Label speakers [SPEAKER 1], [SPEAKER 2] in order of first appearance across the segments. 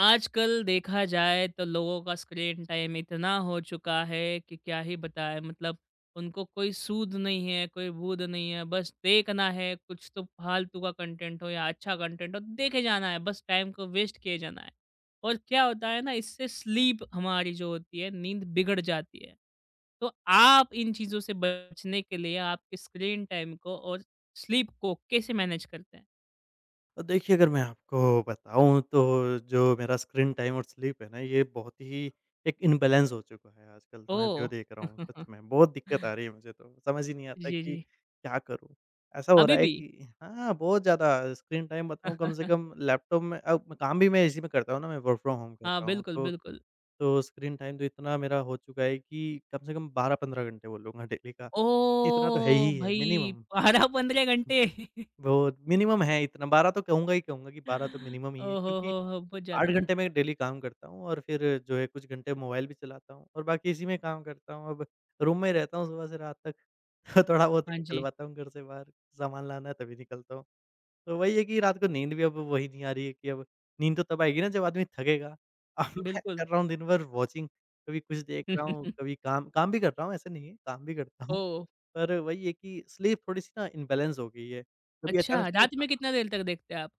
[SPEAKER 1] आजकल देखा जाए तो लोगों का स्क्रीन टाइम इतना हो चुका है कि क्या ही बताएं मतलब उनको कोई सूद नहीं है कोई बूद नहीं है। बस देखना है, कुछ तो फालतू का कंटेंट हो या अच्छा कंटेंट हो, देखे जाना है, बस टाइम को वेस्ट किए जाना है। और क्या होता है ना, इससे स्लीप हमारी जो होती है, नींद बिगड़ जाती है। तो आप इन चीज़ों से बचने के लिए आपके स्क्रीन टाइम को और स्लीप को कैसे मैनेज करते हैं?
[SPEAKER 2] देखिए, अगर मैं आपको बताऊँ तो जो मेरा स्क्रीन टाइम और स्लीप है ना, ये बहुत ही एक इम्बैलेंस हो चुका है आजकल। तो मैं जो
[SPEAKER 1] ओह।
[SPEAKER 2] देख रहा हूँ सच में बहुत दिक्कत आ रही है, मुझे तो समझ ही नहीं आता
[SPEAKER 1] जी
[SPEAKER 2] कि
[SPEAKER 1] जी।
[SPEAKER 2] क्या करूँ? ऐसा हो
[SPEAKER 1] अभी
[SPEAKER 2] रहा है
[SPEAKER 1] भी।
[SPEAKER 2] कि हाँ, बहुत ज़्यादा स्क्रीन टाइम बताऊँ कम से कम लैपटॉप में। अब काम भी मैं इसी में करता हूँ ना, मैं वर्क फ्रॉम होम कर
[SPEAKER 1] हाँ,
[SPEAKER 2] रहा हूँ,
[SPEAKER 1] बिल्कुल,
[SPEAKER 2] तो
[SPEAKER 1] बिल्कुल।
[SPEAKER 2] तो स्क्रीन टाइम तो इतना मेरा हो चुका है कि कम से कम 12-15 घंटे बोलूँगा डेली का। इतना तो है
[SPEAKER 1] ओह!
[SPEAKER 2] ही है
[SPEAKER 1] भई
[SPEAKER 2] मिनिमम।
[SPEAKER 1] 12-15 घंटे।
[SPEAKER 2] वो मिनिमम है, इतना 12 तो कहूँगा ही कहूँगा कि 12 तो मिनिमम ही है,
[SPEAKER 1] ओह
[SPEAKER 2] क्योंकि
[SPEAKER 1] हो, हो! बहुत ज़्यादा
[SPEAKER 2] 8
[SPEAKER 1] है।
[SPEAKER 2] घंटे मैं डेली काम करता हूँ और फिर जो है कुछ घंटे मोबाइल भी चलाता हूँ और बाकी इसी में काम करता हूँ। अब रूम में ही रहता हूँ सुबह से रात तक। तो थोड़ा बहुत ही
[SPEAKER 1] हाँ
[SPEAKER 2] निकल
[SPEAKER 1] जी,
[SPEAKER 2] पाता हूँ घर से बाहर, सामान लाना है तभी निकलता हूँ। तो वही है कि रात को नींद भी अब वही नहीं आ रही है कि अब नींद तो तब आएगी ना, जब आदमी थकेगा। अब मैं
[SPEAKER 1] बिल्कुल।
[SPEAKER 2] कर रहा हूँ दिन भर वॉचिंग, कभी कुछ देख रहा हूँ, कभी काम काम भी कर रहा हूँ, ऐसा नहीं है, काम भी करता हूँ।
[SPEAKER 1] ओह!
[SPEAKER 2] पर वही है कि स्लीप थोड़ी-सी ना इम्बैलेंस हो गई है। कभी
[SPEAKER 1] अच्छा,
[SPEAKER 2] अचानक से ना
[SPEAKER 1] रात में कितना देर तक देखते हैं आप?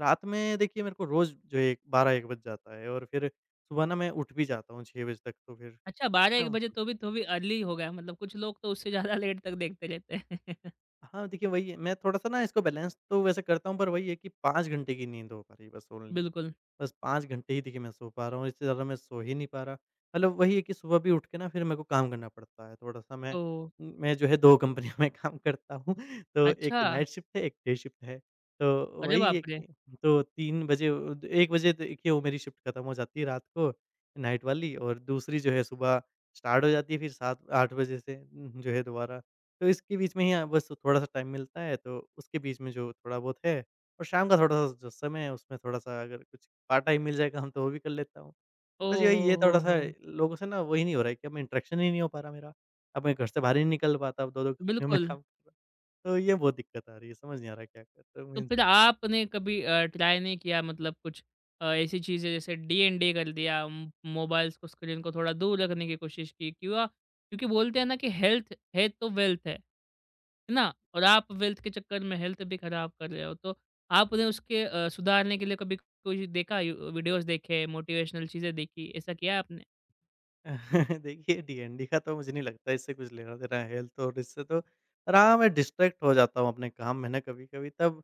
[SPEAKER 2] रात में देखिए, मेरे को रोज़ जो है 12-1 बज जाता है और फिर सुबह ना मैं उठ भी जाता हूँ 6 बजे तक, तो फिर
[SPEAKER 1] अच्छा, 12-1 बजे तो भी अर्ली हो गया, मतलब कुछ लोग तो उससे ज़्यादा लेट तक देखते रहते हैं।
[SPEAKER 2] हाँ, देखिए वही है, मैं थोड़ा-सा ना इसको बैलेंस तो वैसे करता हूँ, पर वही है कि 5 घंटे की नींद हो पा रही है बस ओनली।
[SPEAKER 1] बिल्कुल।
[SPEAKER 2] बस 5 घंटे ही देखिए मैं सो पा रहा हूँ, इससे ज़्यादा मैं सो ही नहीं पा रहा। मतलब वही है कि सुबह भी उठ के ना फिर मेरे को काम करना पड़ता है थोड़ा-सा। मैं
[SPEAKER 1] ओह!
[SPEAKER 2] मैं जो है 2 कंपनियों में काम करता हूँ, तो एक
[SPEAKER 1] अच्छा।
[SPEAKER 2] नाइट शिफ्ट है, एक डे शिफ्ट है। तो
[SPEAKER 1] अरे
[SPEAKER 2] वही है
[SPEAKER 1] बाप रे!
[SPEAKER 2] कि तो 3 बजे 1 बजे, तो देखिए वो मेरी शिफ्ट खत्म हो जाती है रात को, नाइट वाली, और दूसरी जो है सुबह स्टार्ट हो जाती है फिर 7-8 बजे से जो है दोबारा। तो इसके बीच में ही हाँ, बस थोड़ा-सा टाइम मिलता है तो उसके बीच में जो थोड़ा बहुत है, और शाम का थोड़ा-सा जो समय है उसमें थोड़ा-सा अगर कुछ पार्ट टाइम मिल जाए काम तो वो भी कर लेता हूँ। बस
[SPEAKER 1] ओह
[SPEAKER 2] यही, ये
[SPEAKER 1] हो,
[SPEAKER 2] थोड़ा-सा
[SPEAKER 1] हो!
[SPEAKER 2] लोगों से ना वही नहीं हो रहा है कि अब इंटरेक्शन ही नहीं हो पा रहा मेरा। अब मैं घर से बाहर ही नहीं निकल पाता, अब 2-2 कंपनियों में
[SPEAKER 1] बिल्कुल।
[SPEAKER 2] काम कर रहा। तो ये बहुत दिक्कत आ रही है, समझ नहीं आ रहा क्या करूँ
[SPEAKER 1] तो
[SPEAKER 2] इन
[SPEAKER 1] फिर
[SPEAKER 2] सब।
[SPEAKER 1] आपने कभी ट्राई नहीं किया, मतलब कुछ ऐसी चीज़ें जैसे डीएनडी कर दिया, म मोबाइल्स को, स्क्रीन को थोड़ा दूर रखने की कोशिश की क्यों, क्योंकि बोलते हैं ना कि हेल्थ है तो वेल्थ है ना? और आप वेल्थ के चक्कर में हेल्थ भी खराब कर रहे हो, तो आपने उसके सुधारने के लिए कभी कुछ देखा, यू वीडियोज़ देखे, मोटिवेशनल चीज़ें देखी, ऐसा किया है आपने?
[SPEAKER 2] देखिए, डीएनडी का तो मुझे नहीं लगता इससे कुछ लेना-देना है हेल्थ और इससे तो। पर हाँ, मैं डिस्ट्रैक्ट हो जाता हूँ अपने काम में ना कभी-कभी तब,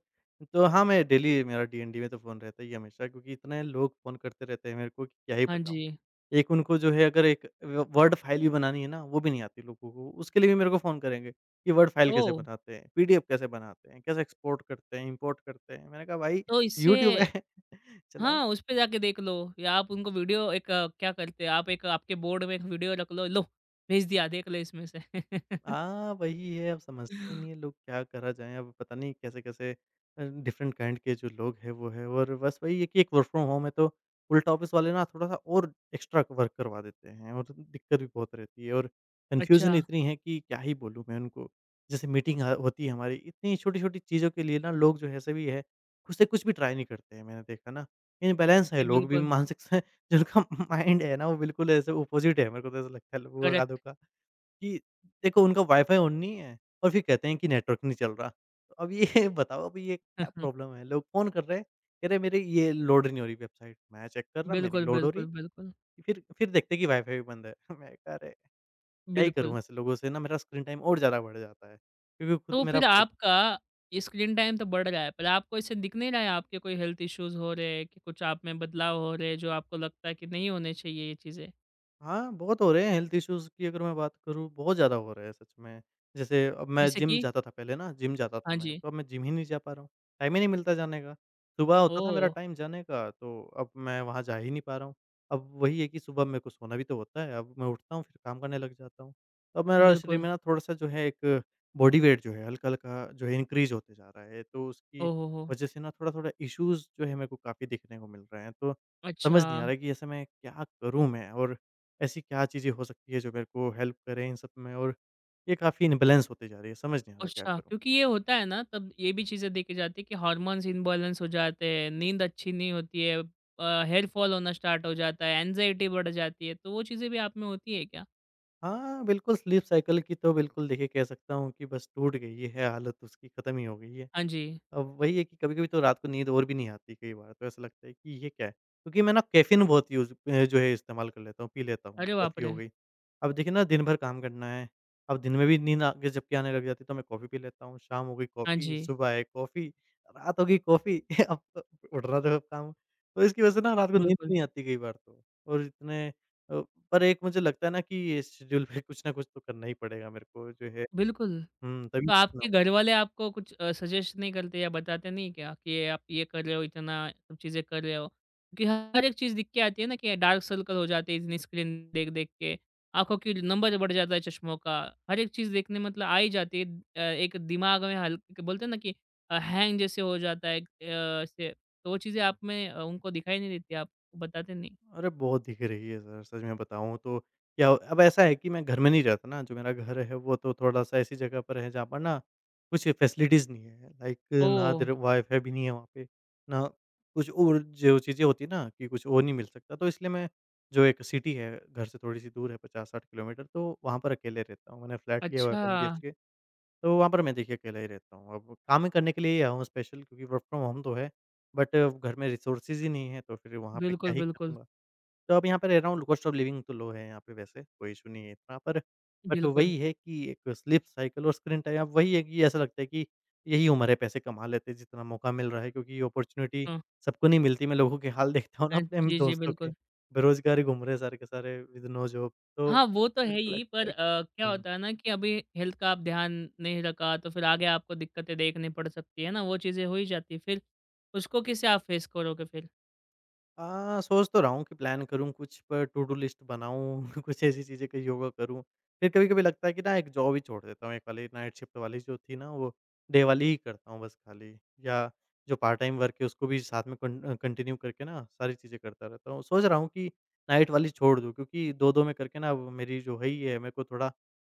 [SPEAKER 2] तो हाँ, मैं डेली मेरा डीएनडी में तो फ़ोन रहता ही है हमेशा, क्योंकि इतने लोग फ़ोन करते रहते हैं मेरे को कि क्या ही
[SPEAKER 1] हाँ
[SPEAKER 2] बताऊँ।
[SPEAKER 1] जी।
[SPEAKER 2] एक उनको जो है अगर एक व वर्ड फ़ाइल भी बनानी है ना, वो भी नहीं आती लोगों को, उसके लिए भी मेरे को फ़ोन करेंगे कि वर्ड फ़ाइल कैसे
[SPEAKER 1] ओह!
[SPEAKER 2] बनाते हैं, पीडीएफ कैसे बनाते हैं, कैसे एक्सपोर्ट करते हैं, इम्पोर्ट करते हैं। मैंने कहा, भाई
[SPEAKER 1] तो इससे।
[SPEAKER 2] यूट्यूब है, चलाओ।
[SPEAKER 1] हाँ, उस पे जाके देख लो, या आप उनको वीडियो एक क्या करते हैं आप, एक आपके बोर्ड में एक वीडियो रख लो, लो भेज दिया, देख ले इसमें से।
[SPEAKER 2] हाँ, वही है, अब समझते नहीं है लोग क्या करा जाए, अब पता नहीं कैसे-कैसे डिफरेंट काइंड के जो लोग हैं वो हैं। और बस वही है कि एक वर्क फ्रॉम होम है, तो उल्टा ऑफ़िस वाले ना थोड़ा-सा और एक्स्ट्रा वर्क करवा देते हैं और दिक्कत भी बहुत रहती है, और
[SPEAKER 1] अच्छा।
[SPEAKER 2] कन्फ्यूज़न इतनी है कि क्या ही बोलूँ मैं उनको। जैसे मीटिंग ह होती है हमारी, इतनी छोटी-छोटी चीज़ों के लिए ना लोग जो है सभी है, खुद से कुछ भी ट्राई नहीं करते हैं मैंने देखा ना। इम्बैलेंस है
[SPEAKER 1] जी
[SPEAKER 2] लोग भी
[SPEAKER 1] बिल्कुल।
[SPEAKER 2] मानसिक से। जिनका माइंड है ना वो बिल्कुल ऐसे अपोज़िट है, मेरे को तो ऐसा लगता है लोगों का आदों
[SPEAKER 1] करेक्ट।
[SPEAKER 2] का। कि देखो, उनका वाईफ़ाई ऑन नहीं है और फिर कहते हैं कि नेटवर्क नहीं चल रहा। तो अब ये बताओ, अब ये क्या प्रॉब्लम है? लोग फ़ोन कर रहे हैं, कह रहे हैं मेरी ये लोड नहीं हो रही वेबसाइट। मैं चेक कर रहा मेरी
[SPEAKER 1] बिल्कुल,
[SPEAKER 2] लोड हो
[SPEAKER 1] बिल्कुल,
[SPEAKER 2] रही,
[SPEAKER 1] बिल्कुल,
[SPEAKER 2] फिर देखते हैं कि वाईफ़ाई भी बंद है। मैं कहा, अरे! क्या ही
[SPEAKER 1] बिल्कुल।
[SPEAKER 2] करूँ ऐसे लोगों से ना, मेरा स्क्रीन टाइम और ज़्यादा बढ़ जाता है। क्योंकि खुद
[SPEAKER 1] तो
[SPEAKER 2] मेरा।
[SPEAKER 1] फिर आपका स्क्रीन टाइम तो बढ़ रहा है, पर आपको इससे दिख नहीं रहा है आपके कोई हेल्थ इश्यूज़ हो रहे हैं, कि कुछ आप में बदलाव हो रहे हैं जो आपको लगता है कि नहीं होने चाहिए ये चीज़ें?
[SPEAKER 2] हाँ, बहुत हो रहे हैं हेल्थ इश्यूज़, की अगर मैं बात करूँ, बहुत ज़्यादा हो रहे हैं सच में। जैसे अब मैं
[SPEAKER 1] जैसे
[SPEAKER 2] जिम
[SPEAKER 1] कि।
[SPEAKER 2] जाता था पहले ना, जिम जाता था
[SPEAKER 1] हाँ
[SPEAKER 2] मैं,
[SPEAKER 1] जी।
[SPEAKER 2] तो अब मैं जिम ही नहीं जा पा रहा हूँ। टाइम ही नहीं मिलता जाने का। सुबह होता था मेरा
[SPEAKER 1] ओह!
[SPEAKER 2] टाइम जाने का, तो अब मैं वहाँ जा ही नहीं पा रहा हूँ। अब वही है कि सुबह मेरे को सोना भी तो होता है, अब मैं उठता हूँ, फिर काम करने लग जाता हूँ। तो अब मेरा शरीर
[SPEAKER 1] बिल्कुल।
[SPEAKER 2] में ना थोड़ा-सा जो है, एक बॉडी वेट जो है हल्का-हल्का जो है इनक्रीज़ होते जा रहा है, तो उसकी
[SPEAKER 1] ओह हो हो!
[SPEAKER 2] वज़ह से ना थोड़ा-थोड़ा इश्यूज़ जो है मेरे को काफ़ी दिखने को मिल रहे हैं। तो
[SPEAKER 1] अच्छा।
[SPEAKER 2] समझ नहीं आ रहा है कि ऐसे मैं क्या करूँ मैं? और ऐसी क्या चीज़ें हो सकती है जो मेरे को हेल्प करें इन सब में, और ये काफ़ी इम्बैलेंस होते जा रही है, समझ नहीं आ रहा क्या
[SPEAKER 1] अच्छा,
[SPEAKER 2] करूँ?
[SPEAKER 1] क्योंकि ये होता है ना, तब ये भी चीज़ें देखी जाती है कि हार्मोन्स इम्बैलेंस हो जाते हैं, नींद अच्छी नहीं होती है, हेयर फॉल होना स्टार्ट हो जाता है, एंग्ज़ायटी बढ़ जाती है, तो वो चीज़ें भी आप में होती है क्या?
[SPEAKER 2] हाँ, बिल्कुल स्लीप साइकिल की तो बिल्कुल देखिए कह सकता हूँ कि बस टूट गई है, हालत उसकी ख़त्म ही हो गई है।
[SPEAKER 1] हाँ जी।
[SPEAKER 2] अब वही है कि कभी-कभी तो रात को नींद और भी नहीं आती कई बार, तो ऐसा लगता है कि ये क्या है? क्योंकि मैं ना कैफ़ीन बहुत यूज़ जो है इस्तेमाल कर लेता हूँ, पी लेता हूँ,
[SPEAKER 1] अरे बाप
[SPEAKER 2] कॉफ़ी हो
[SPEAKER 1] रे!
[SPEAKER 2] गई। अब देखिए ना दिन भर काम करना है, अब दिन में भी नींद आगे जबकि आने लग जाती है, तो मैं कॉफ़ी पी लेता हूँ, शाम हो गई
[SPEAKER 1] हाँ
[SPEAKER 2] कॉफ़ी,
[SPEAKER 1] जी,
[SPEAKER 2] सुबह है कॉफ़ी, रात हो गई कॉफ़ी। अब तो उठना तो अब काम है। तो इसकी वजह से ना रात को नींद भी
[SPEAKER 1] बिल्कुल,
[SPEAKER 2] नहीं आती कई बार तो, और इतने पर एक मुझे लगता है ना कि ये शेड्यूल पे कुछ ना कुछ तो करना ही पड़ेगा मेरे को जो है,
[SPEAKER 1] बिल्कुल।
[SPEAKER 2] हुँ, तभी
[SPEAKER 1] तो आपके
[SPEAKER 2] तो।
[SPEAKER 1] घरवाले आपको कुछ सजेस्ट नहीं करते या बताते नहीं क्या कि ये आप ये कर रहे हो इतना सब चीज़ें कर रहे हो? क्योंकि हर एक चीज़ दिख के आती है ना, कि डार्क सर्कल हो जाते हैं इतनी स्क्रीन देख-देख के, आँखों की नंबर बढ़ जाता है चश्मों का, हर एक चीज़ देखने, मतलब आ ही जाती है। एक दिमाग में हल्क बोलते हैं ना कि हैंग जैसे हो जाता है, एक ऐसे। तो वो चीज़ें आप में उनको दिखाई नहीं देती, आप बताते नहीं।
[SPEAKER 2] अरे, बहुत दिख रही है सर, सच में बताऊँ तो क्या। अब ऐसा है कि मैं घर में नहीं रहता ना, जो मेरा घर है वो तो थोड़ा-सा ऐसी जगह पर है जहाँ पर ना कुछ फैसिलिटीज़ नहीं है, लाइक, ना
[SPEAKER 1] ओह!
[SPEAKER 2] इधर वाई-फाई भी नहीं है वहाँ पे, ना कुछ और जो चीज़ें होती है ना कि कुछ और नहीं मिल सकता। तो इसलिए मैं जो एक सिटी है घर से थोड़ी-सी दूर है 50-60 किलोमीटर, तो वहाँ पर अकेले रहता हूँ। मैंने फ्लैट लिया हुआ है
[SPEAKER 1] अच्छा।
[SPEAKER 2] 1 बीएचके, तो वहाँ पर मैं देखिए अकेला ही रहता हूँ। अब काम ही करने के लिए ही आया हूँ स्पेशल, क्योंकि वर्क फ्रॉम होम तो है। बट घर में रिसोर्सेज़ ही नहीं है, तो फिर वहाँ पे
[SPEAKER 1] बिल्कुल,
[SPEAKER 2] क्या ही
[SPEAKER 1] बिल्कुल।
[SPEAKER 2] करूँगा? तो अब यहाँ पे रह रहा हूँ, कॉस्ट ऑफ लिविंग तो लो है यहाँ पे वैसे, कोई इश्यू नहीं है इतना, पर बट
[SPEAKER 1] बिल्कुल।
[SPEAKER 2] वही है कि एक स्लीप साइकिल और स्क्रीन टाइम, अब वही है कि ऐसा लगता है कि यही उम्र है पैसे कमा लेते हैं जितना मौका मिल रहा है, क्योंकि ये अपॉर्च्युनिटी
[SPEAKER 1] हाँ।
[SPEAKER 2] सबको नहीं मिलती। मैं लोगों के हाल देखता हूँ ना
[SPEAKER 1] हाँ
[SPEAKER 2] अपने म
[SPEAKER 1] जी, जी,
[SPEAKER 2] दोस्तों के,
[SPEAKER 1] बिल्कुल।
[SPEAKER 2] बेरोज़गार ही घूम रहे हैं सारे के सारे विद नो जॉब, तो
[SPEAKER 1] हाँ, वो तो
[SPEAKER 2] मेरे
[SPEAKER 1] है
[SPEAKER 2] को
[SPEAKER 1] ही,
[SPEAKER 2] लगता
[SPEAKER 1] पर
[SPEAKER 2] है।
[SPEAKER 1] क्या
[SPEAKER 2] हुँ।
[SPEAKER 1] होता है ना कि अभी हेल्थ का आप ध्यान नहीं रखा तो फिर आगे आपको दिक्कतें देखनी पड़ सकती है ना, वो चीज़ें हो ही जाती है। फिर उसको कैसे आप फेस करोगे फिर?
[SPEAKER 2] सोच तो रहा हूँ कि प्लान करूँ कुछ, पर टू डू लिस्ट बनाऊँ, कुछ ऐसी चीज़ें कि योगा करूँ। फिर कभी-कभी लगता है कि ना एक जॉब ही छोड़ देता हूँ, एक वाली नाइट शिफ्ट वाली जो थी ना वो, डे वाली ही करता हूँ बस खाली। या जो पार्ट टाइम वर्क है उसको भी साथ में कन कंटिन्यू करके ना सारी चीज़ें करता रहता हूँ। सोच रहा हूँ कि नाइट वाली छोड़ दूँ, क्योंकि 2-2 में करके ना अब मेरी जो है ही है मेरे को थोड़ा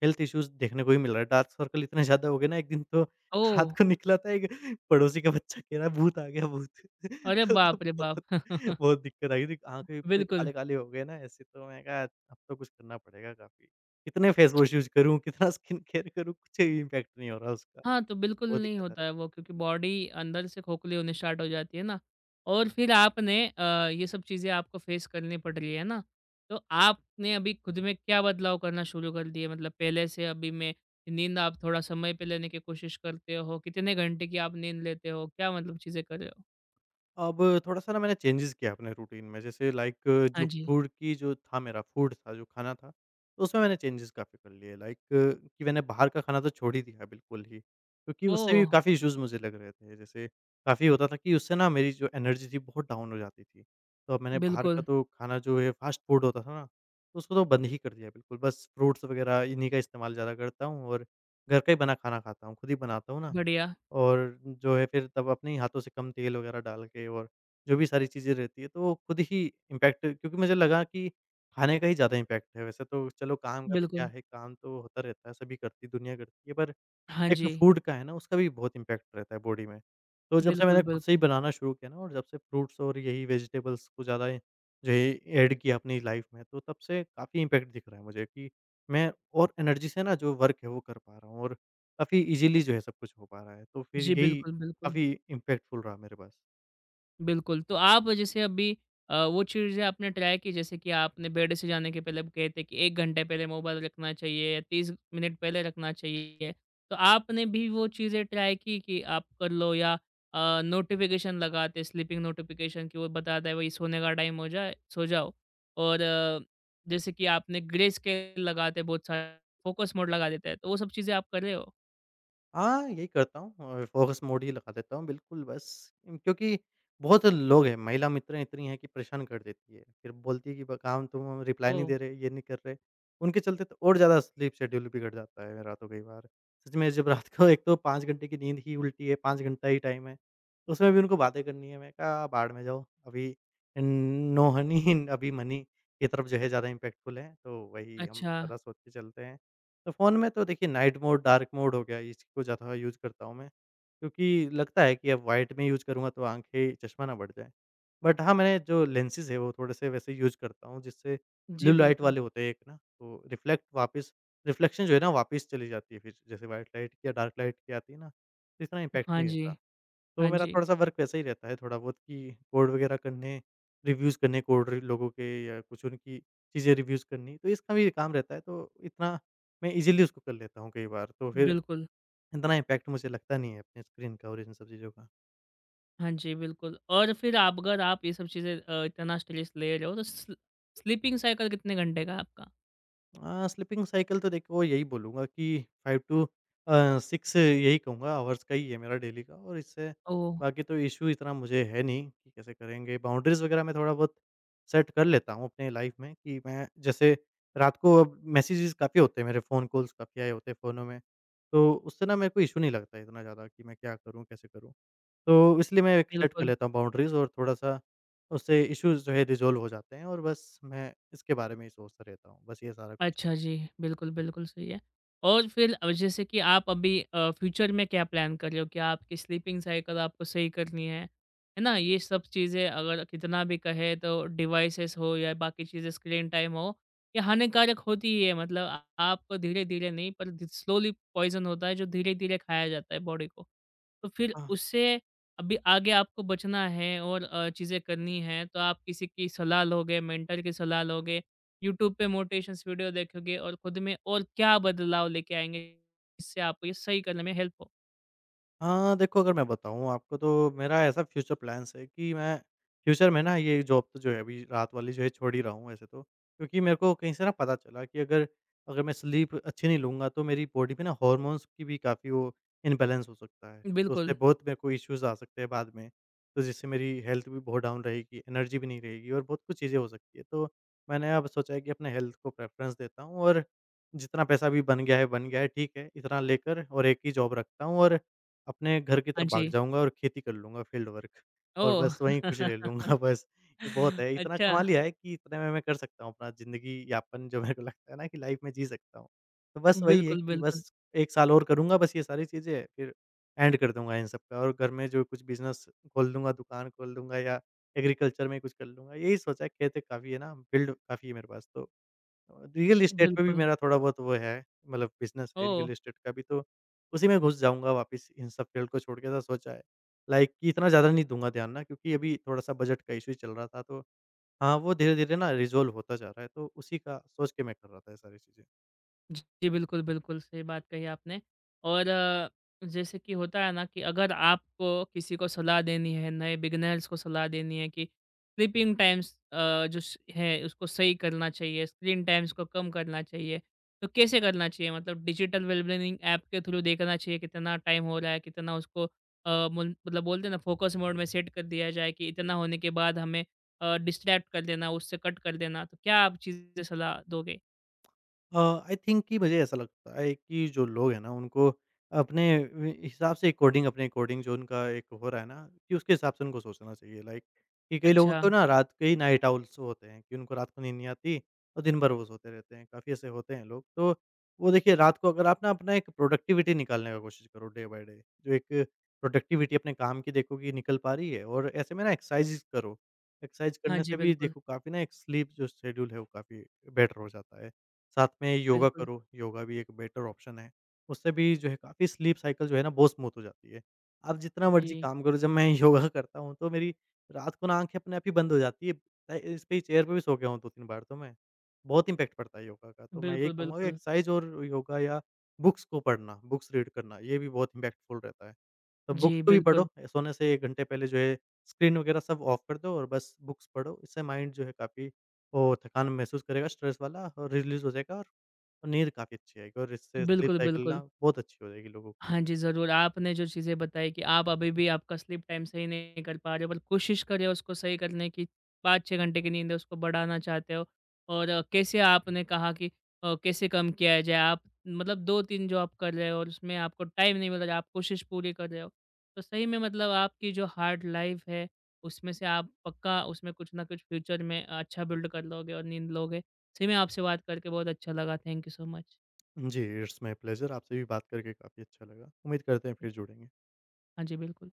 [SPEAKER 2] हेल्थ इश्यूज़ देखने को ही मिल रहा है। डार्क सर्कल इतने ज़्यादा हो गए ना, एक दिन तो
[SPEAKER 1] ओह!
[SPEAKER 2] रात को निकला था, एक पड़ोसी का बच्चा कह रहा है भूत आ गया भूत।
[SPEAKER 1] अरे
[SPEAKER 2] तो
[SPEAKER 1] बाप रे बाप!
[SPEAKER 2] बहुत दिक्कत आई थी, आँखें पूरी
[SPEAKER 1] बिल्कुल।
[SPEAKER 2] काले-काले हो गए ना ऐसे, तो मैं कहा अब तो कुछ करना पड़ेगा काफ़ी। कितने फेस वॉश यूज़ करूँ, कितना स्किन केयर करूँ, कुछ इम्पैक्ट नहीं हो रहा उसका,
[SPEAKER 1] हाँ, तो बिल्कुल
[SPEAKER 2] बहुत
[SPEAKER 1] नहीं
[SPEAKER 2] दिक्कत आ
[SPEAKER 1] होता
[SPEAKER 2] रही।
[SPEAKER 1] है वो, क्योंकि बॉडी अंदर से खोखली होनी स्टार्ट हो जाती है ना। और फिर आपने ये सब चीज़ें आपको फेस करनी पड़ रही है ना, तो आपने अभी खुद में क्या बदलाव करना शुरू कर दिए? मतलब पहले से अभी में नींद आप थोड़ा समय पे लेने की कोशिश करते हो? कितने घंटे की आप नींद लेते हो? क्या मतलब चीज़ें कर रहे हो?
[SPEAKER 2] अब थोड़ा-सा ना मैंने चेंजेज़ किया अपने रूटीन में, जैसे लाइक
[SPEAKER 1] हाँ
[SPEAKER 2] जो
[SPEAKER 1] जी।
[SPEAKER 2] फूड की जो था मेरा फूड था, जो खाना था, तो उसमें मैंने चेंजेज़ काफ़ी कर लिए लाइक कि मैंने बाहर का खाना तो छोड़ ही दिया बिल्कुल ही, क्योंकि उससे भी
[SPEAKER 1] ओह!
[SPEAKER 2] काफ़ी इश्यूज़ मुझे लग रहे थे। जैसे काफ़ी होता था कि उससे ना मेरी जो एनर्जी थी बहुत डाउन हो जाती थी, तो अब मैंने बाहर का
[SPEAKER 1] बिल्कुल,
[SPEAKER 2] तो खाना जो है फ़ास्ट फूड होता था ना, तो उसको तो बंद ही कर दिया बिल्कुल, बस फ्रूट्स वगैरह इन्हीं का इस्तेमाल ज़्यादा करता हूँ और घर का ही बना खाना खाता हूँ, खुद ही बनाता हूँ ना,
[SPEAKER 1] बढ़िया।
[SPEAKER 2] और जो है फिर तब अपने ही हाथों से कम तेल वगैरह डाल के, और जो भी सारी चीज़ें रहती है तो वो खुद ही इम्पैक्ट, क्योंकि मुझे लगा कि खाने का ही ज़्यादा इम्पैक्ट है। वैसे तो चलो काम का तो क्या
[SPEAKER 1] बिल्कुल।
[SPEAKER 2] है, काम तो होता रहता है, सभी करती दुनिया करती है, पर
[SPEAKER 1] हाँ
[SPEAKER 2] एक
[SPEAKER 1] जी।
[SPEAKER 2] फ्रूट का है ना, उसका भी बहुत इम्पैक्ट रहता है बॉडी में। तो जब से
[SPEAKER 1] बिल्कुल,
[SPEAKER 2] मैंने खुद से ही
[SPEAKER 1] बिल्कुल।
[SPEAKER 2] बनाना शुरू किया ना, और जब से फ्रूट्स और यही वेजिटेबल्स को ज़्यादा जो है ऐड किया अपनी लाइफ़ में, तो तब से काफ़ी इम्पैक्ट दिख रहा है मुझे कि मैं और एनर्जी से ना जो वर्क है वो कर पा रहा हूँ, और काफ़ी ईज़िली जो है सब कुछ हो पा रहा है। तो फिर
[SPEAKER 1] जी,
[SPEAKER 2] यही
[SPEAKER 1] बिल्कुल, बिल्कुल।
[SPEAKER 2] काफ़ी इम्पैक्टफुल रहा मेरे पास।
[SPEAKER 1] बिल्कुल, तो आप जैसे अभी वो चीज़ें आपने ट्राई की, जैसे कि आपने बेड से जाने के पहले कहे थे कि 1 घंटे पहले मोबाइल रखना चाहिए या 30 मिनट पहले रखना चाहिए। तो आपने भी वो चीज़ें ट्राई की कि आप कर लो, या नोटिफ़िकेशन लगाते, स्लीपिंग नोटिफ़िकेशन कि वो बताता है वही, सोने का टाइम हो जाए, सो जाओ। और जैसे कि आपने ग्रे स्केल लगाते बहुत सारे, फ़ोकस मोड लगा देता है, तो वो सब चीज़ें आप कर रहे हो?
[SPEAKER 2] हाँ, यही करता हूँ और फ़ोकस मोड ही लगा देता हूँ बिल्कुल बस। क्योंकि बहुत लोग हैं, महिला मित्र इतनी हैं कि परेशान कर देती है। फिर बोलती है कि ब काम तुम, हम रिप्लाई नहीं
[SPEAKER 1] ओह!
[SPEAKER 2] दे रहे, ये नहीं कर रहे। उनके चलते तो और ज़्यादा स्लीप शेड्यूल बिगड़ जाता है मेरा तो कई बार। सच में जब रात को एक तो 5 घंटे की नींद ही उल्टी है, 5 घंटा ही टाइम है, उसमें भी उनको बातें करनी है। मैं कहा भाड़ में जाओ, अभी न नो हनी अभी मनी की तरफ जो है ज़्यादा इम्पैक्टफुल है, तो वही हम
[SPEAKER 1] अच्छा।
[SPEAKER 2] ज़्यादा सोच के चलते हैं। तो फ़ोन में तो देखिए नाइट मोड, डार्क मोड हो गया, इसको ज़्यादा यूज़ करता हूँ मैं, क्योंकि लगता है कि अब व्हाइट में यूज़ करूँगा तो आँखें, चश्मा ना बढ़ जाए। बट हाँ, मैंने जो लेंसेज़ है वो थोड़े-से वैसे यूज़ करता हूँ, जिससे
[SPEAKER 1] जी,
[SPEAKER 2] ब्लू लाइट
[SPEAKER 1] बिल्कुल।
[SPEAKER 2] वाले होते हैं एक ना, तो रिफ्लेक्ट वापस रिफ्लेक्शन जो है ना वापस चली जाती है फिर, जैसे व्हाइट लाइट या डार्क लाइट की आती है ना, तो इतना इम्पैक्ट
[SPEAKER 1] हाँ
[SPEAKER 2] नहीं
[SPEAKER 1] जी।
[SPEAKER 2] रहता।
[SPEAKER 1] हाँ
[SPEAKER 2] तो मेरा
[SPEAKER 1] जी,
[SPEAKER 2] थोड़ा-सा वर्क वैसा ही रहता है थोड़ा बहुत, कि कोड वगैरह करने, रिव्यूज़ करने कोड र लोगों के, या कुछ उनकी चीज़ें रिव्यूज़ करनी, तो इसका भी काम रहता है, तो इतना मैं इज़िली उसको कर लेता हूँ कई बार, तो फिर
[SPEAKER 1] बिल्कुल।
[SPEAKER 2] इतना इम्पैक्ट मुझे लगता नहीं है अपने स्क्रीन का और इन सब चीज़ों का।
[SPEAKER 1] हाँ जी, बिल्कुल। और फिर आप, अगर आप ये सब चीज़ें इतना स्ट्रेस ले रहे हो, तो स्लीपिंग साइकिल कितने घंटे का है आपका?
[SPEAKER 2] स्लीपिंग साइकिल तो देखो, यही बोलूँगा कि 5 टू 6, यही कहूँगा आवर्स का ही है मेरा डेली का, और इससे
[SPEAKER 1] ओह!
[SPEAKER 2] बाकी तो इश्यू इतना मुझे है नहीं कि कैसे करेंगे। बाउंड्रीज़ वगैरह मैं थोड़ा बहुत सेट कर लेता हूँ अपने लाइफ़ में, कि मैं जैसे रात को अब मैसेजेज़ काफ़ी होते हैं मेरे, फ़ोन कॉल्स काफ़ी आए होते हैं फ़ोनों में, तो उससे ना मेरे को इश्यू नहीं लगता इतना ज़्यादा कि मैं क्या करूँ, कैसे करूँ? तो इसलिए मैं एक सेट कर
[SPEAKER 1] बिल्कुल।
[SPEAKER 2] लेता हूँ बाउंड्रीज़ और थोड़ा-सा, उससे इश्यूज़ जो है रिज़ॉल्व हो जाते हैं, और बस मैं इसके बारे में ही सोचता रहता हूँ। बस ये सारा कुछ।
[SPEAKER 1] अच्छा जी, बिल्कुल, बिल्कुल सही है। और फिर अब जैसे कि आप अभी फ्यूचर में क्या प्लान कर रहे हो कि आपकी स्लीपिंग साइकिल आपको सही करनी है ना? ये सब चीज़ें अगर कितना भी कहे, तो डिवाइसेस हो या बाकी चीज़ें, स्क्रीन टाइम हो, ये हानिकारक होती ही है, मतलब आपको धीरे-धीरे नहीं, पर ध स्लोली पॉइज़न होता है जो धीरे-धीरे खाया जाता है बॉडी को। तो फिर
[SPEAKER 2] हाँ,
[SPEAKER 1] उससे अभी आगे आपको बचना है, और चीज़ें करनी है, तो आप किसी की सलाह लोगे, मेंटर की सलाह लोगे, यूट्यूब पे मोटिवेशंस वीडियो देखोगे और खुद में और क्या बदलाव लेके आएँगे जिससे आपको ये सही करने में हेल्प हो।
[SPEAKER 2] हाँ, देखो, अगर मैं बताऊँ आपको तो मेरा ऐसा फ्यूचर प्लान्स है कि मैं फ्यूचर में ना ये जॉब तो जो है अभी रात वाली जो है छोड़ ही रहा हूँ वैसे तो। क्योंकि मेरे को कहीं से ना पता चला कि अगर अगर मैं स्लीप अच्छी नहीं लूँगा तो मेरी बॉडी में ना हॉर्मोन्स की भी काफ़ी वो इम्बैलेंस हो सकता है। तो उससे
[SPEAKER 1] बिल्कुल।
[SPEAKER 2] बहुत मेरे को इश्यूज़ आ सकते हैं बाद में। तो जिससे मेरी हेल्थ भी बहुत डाउन रहेगी, एनर्जी भी नहीं रहेगी, और बहुत कुछ चीज़ें हो सकती है। तो मैंने अब सोचा है कि अपने हेल्थ को प्रेफ़रेंस देता हूँ, और जितना पैसा भी बन गया है, बन गया है, ठीक है, इतना लेकर और एक ही जॉब रखता हूँ, और अपने घर की
[SPEAKER 1] हाँ
[SPEAKER 2] तरफ भाग
[SPEAKER 1] जी।
[SPEAKER 2] जाऊँगा और खेती कर लूँगा, फील्ड वर्क, और
[SPEAKER 1] ओह!
[SPEAKER 2] बस वहीं खुश रह लूँगा बस, ये बहुत है। इतना
[SPEAKER 1] अच्छा।
[SPEAKER 2] कमा लिया है कि इतने में मैं कर सकता हूँ अपना ज़िंदगी यापन, जो मेरे को लगता है ना कि लाइफ़ में जी सकता हूँ। तो बस वही है
[SPEAKER 1] बिल्कुल,
[SPEAKER 2] कि
[SPEAKER 1] बिल्कुल।
[SPEAKER 2] बस 1 साल और करूँगा बस ये सारी चीज़ें, फिर एंड कर दूँगा इन सब का, और घर में जो कुछ बिज़नेस खोल दूँगा, दुकान खोल दूँगा, या एग्रीकल्चर में कुछ कर लूँगा। यही सोचा है, खेत काफ़ी है ना, फील्ड काफ़ी है मेरे पास, तो तो रियल एस्टेट पे भी
[SPEAKER 1] बिल्कुल।
[SPEAKER 2] मेरा थोड़ा बहुत वो है, मतलब बिज़नेस है
[SPEAKER 1] ओह!
[SPEAKER 2] रियल एस्टेट का भी, तो उसी में घुस जाऊँगा वापस इन सब फील्ड को छोड़ के, ऐसा सोचा है। लाइक कि इतना ज़्यादा नहीं दूँगा ध्यान ना, क्योंकि अभी थोड़ा-सा बजट का इश्यू चल रहा था, तो हाँ, वो धीरे-धीरे ना रिज़ॉल्व होता जा रहा है, तो उसी का सोच के मैं कर रहा था ये सारी चीज़ें।
[SPEAKER 1] जी, जी, बिल्कुल, बिल्कुल, सही बात कही आपने। और जैसे कि होता है ना कि अगर आपको किसी को सलाह देनी है, नए बिगिनर्स को सलाह देनी है कि स्लीपिंग टाइम्स जो स है उसको सही करना चाहिए, स्क्रीन टाइम्स को कम करना चाहिए, तो कैसे करना चाहिए? मतलब डिजिटल वेलबीइंग ऐप के थ्रू देखना चाहिए कितना टाइम हो रहा है, कितना उसको अ, मुल मतलब बोलते हैं ना, फोकस मोड में सेट कर दिया जाए कि इतना होने के बाद हमें डिस्ट्रैक्ट कर देना, उससे कट कर देना, तो क्या आप चीज़ें सलाह दोगे?
[SPEAKER 2] अ, आई थिंक कि मुझे ऐसा लगता है कि जो लोग हैं ना उनको अपने वे हिसाब से अकॉर्डिंग अपने अकॉर्डिंग, जो उनका एक हो रहा है ना, कि उसके हिसाब से उनको सोचना चाहिए। लाइक कि कई लोगों
[SPEAKER 1] अच्छा।
[SPEAKER 2] को ना रात के ही नाइट आउल्स होते हैं कि उनको रात को नींद नहीं आती, और दिन भर वो सोते रहते हैं, काफ़ी ऐसे होते हैं लोग। तो वो देखिए रात को अगर आप ना अपना एक प्रोडक्टिविटी निकालने का कोशिश करो डे बाय डे, जो एक प्रोडक्टिविटी अपने काम की देखो कि निकल पा रही है, और ऐसे में ना एक्सरसाइज़ करो। एक्सरसाइज़
[SPEAKER 1] हाँ
[SPEAKER 2] करने
[SPEAKER 1] जी,
[SPEAKER 2] से भी
[SPEAKER 1] बिल्कुल,
[SPEAKER 2] देखो काफ़ी ना एक स्लीप जो शेड्यूल है वो काफ़ी बेटर हो जाता है। साथ में योगा
[SPEAKER 1] बिल्कुल।
[SPEAKER 2] करो, योगा भी एक बेटर ऑप्शन है। उससे भी जो है काफ़ी स्लीप साइकिल जो है ना बहुत स्मूथ हो जाती है। आप जितना मर्ज़ी
[SPEAKER 1] जी,
[SPEAKER 2] काम करो, जब मैं योगा करता हूँ तो मेरी रात को ना आँखें अपने आप ही बंद हो जाती है। इस पे ही चेयर पे भी सो गया हूँ 2-3 बार तो मैं। बहुत इम्पैक्ट पड़ता है योगा का, तो मैं यही
[SPEAKER 1] बिल्कुल,
[SPEAKER 2] कहूँगा कि
[SPEAKER 1] बिल्कुल।
[SPEAKER 2] एक्सरसाइज़ और योगा, या बुक्स को पढ़ना, बुक्स रीड करना, ये भी बहुत इम्पैक्टफुल रहता है। तो बुक्स
[SPEAKER 1] जी,
[SPEAKER 2] को भी पढ़ो,
[SPEAKER 1] बिल्कुल।
[SPEAKER 2] सोने से 1 घंटे पहले जो है स्क्रीन वगैरह सब ऑफ कर दो और बस बुक्स पढ़ो, इससे माइंड जो है काफ़ी वो थकान महसूस करेगा, स्ट्रेस वाला और रिलीज़ हो जाएगा, और नींद काफ़ी अच्छी आएगी, और इससे स्लीप
[SPEAKER 1] बिल्कुल,
[SPEAKER 2] साइकिल
[SPEAKER 1] बिल्कुल।
[SPEAKER 2] ना बहुत अच्छी हो जाएगी लोगों की।
[SPEAKER 1] हाँ जी, ज़रूर। आपने जो चीज़ें बताई कि आप अभी भी आपका स्लीप टाइम सही नहीं कर पा रहे हो, पर कोशिश कर रहे हो उसको सही करने की, 5-6 घंटे की नींद है, उसको बढ़ाना चाहते हो। और कैसे आपने कहा कि कैसे कम किया जाए? आप मतलब 2-3 जॉब कर रहे हो और उसमें आपको टाइम नहीं मिल रहा, आप कोशिश पूरी कर रहे हो। तो सही में मतलब आपकी जो हार्ड लाइफ़ है, उसमें से आप पक्का उसमें कुछ ना कुछ फ्यूचर में अच्छा बिल्ड कर लोगे और नींद लोगे। सही में आपसे बात करके बहुत अच्छा लगा। Thank you so much.
[SPEAKER 2] जी, इट्स माय प्लेज़र, आपसे भी बात करके काफ़ी अच्छा लगा। उम्मीद करते हैं फिर जुड़ेंगे।
[SPEAKER 1] हाँ जी, बिल्कुल।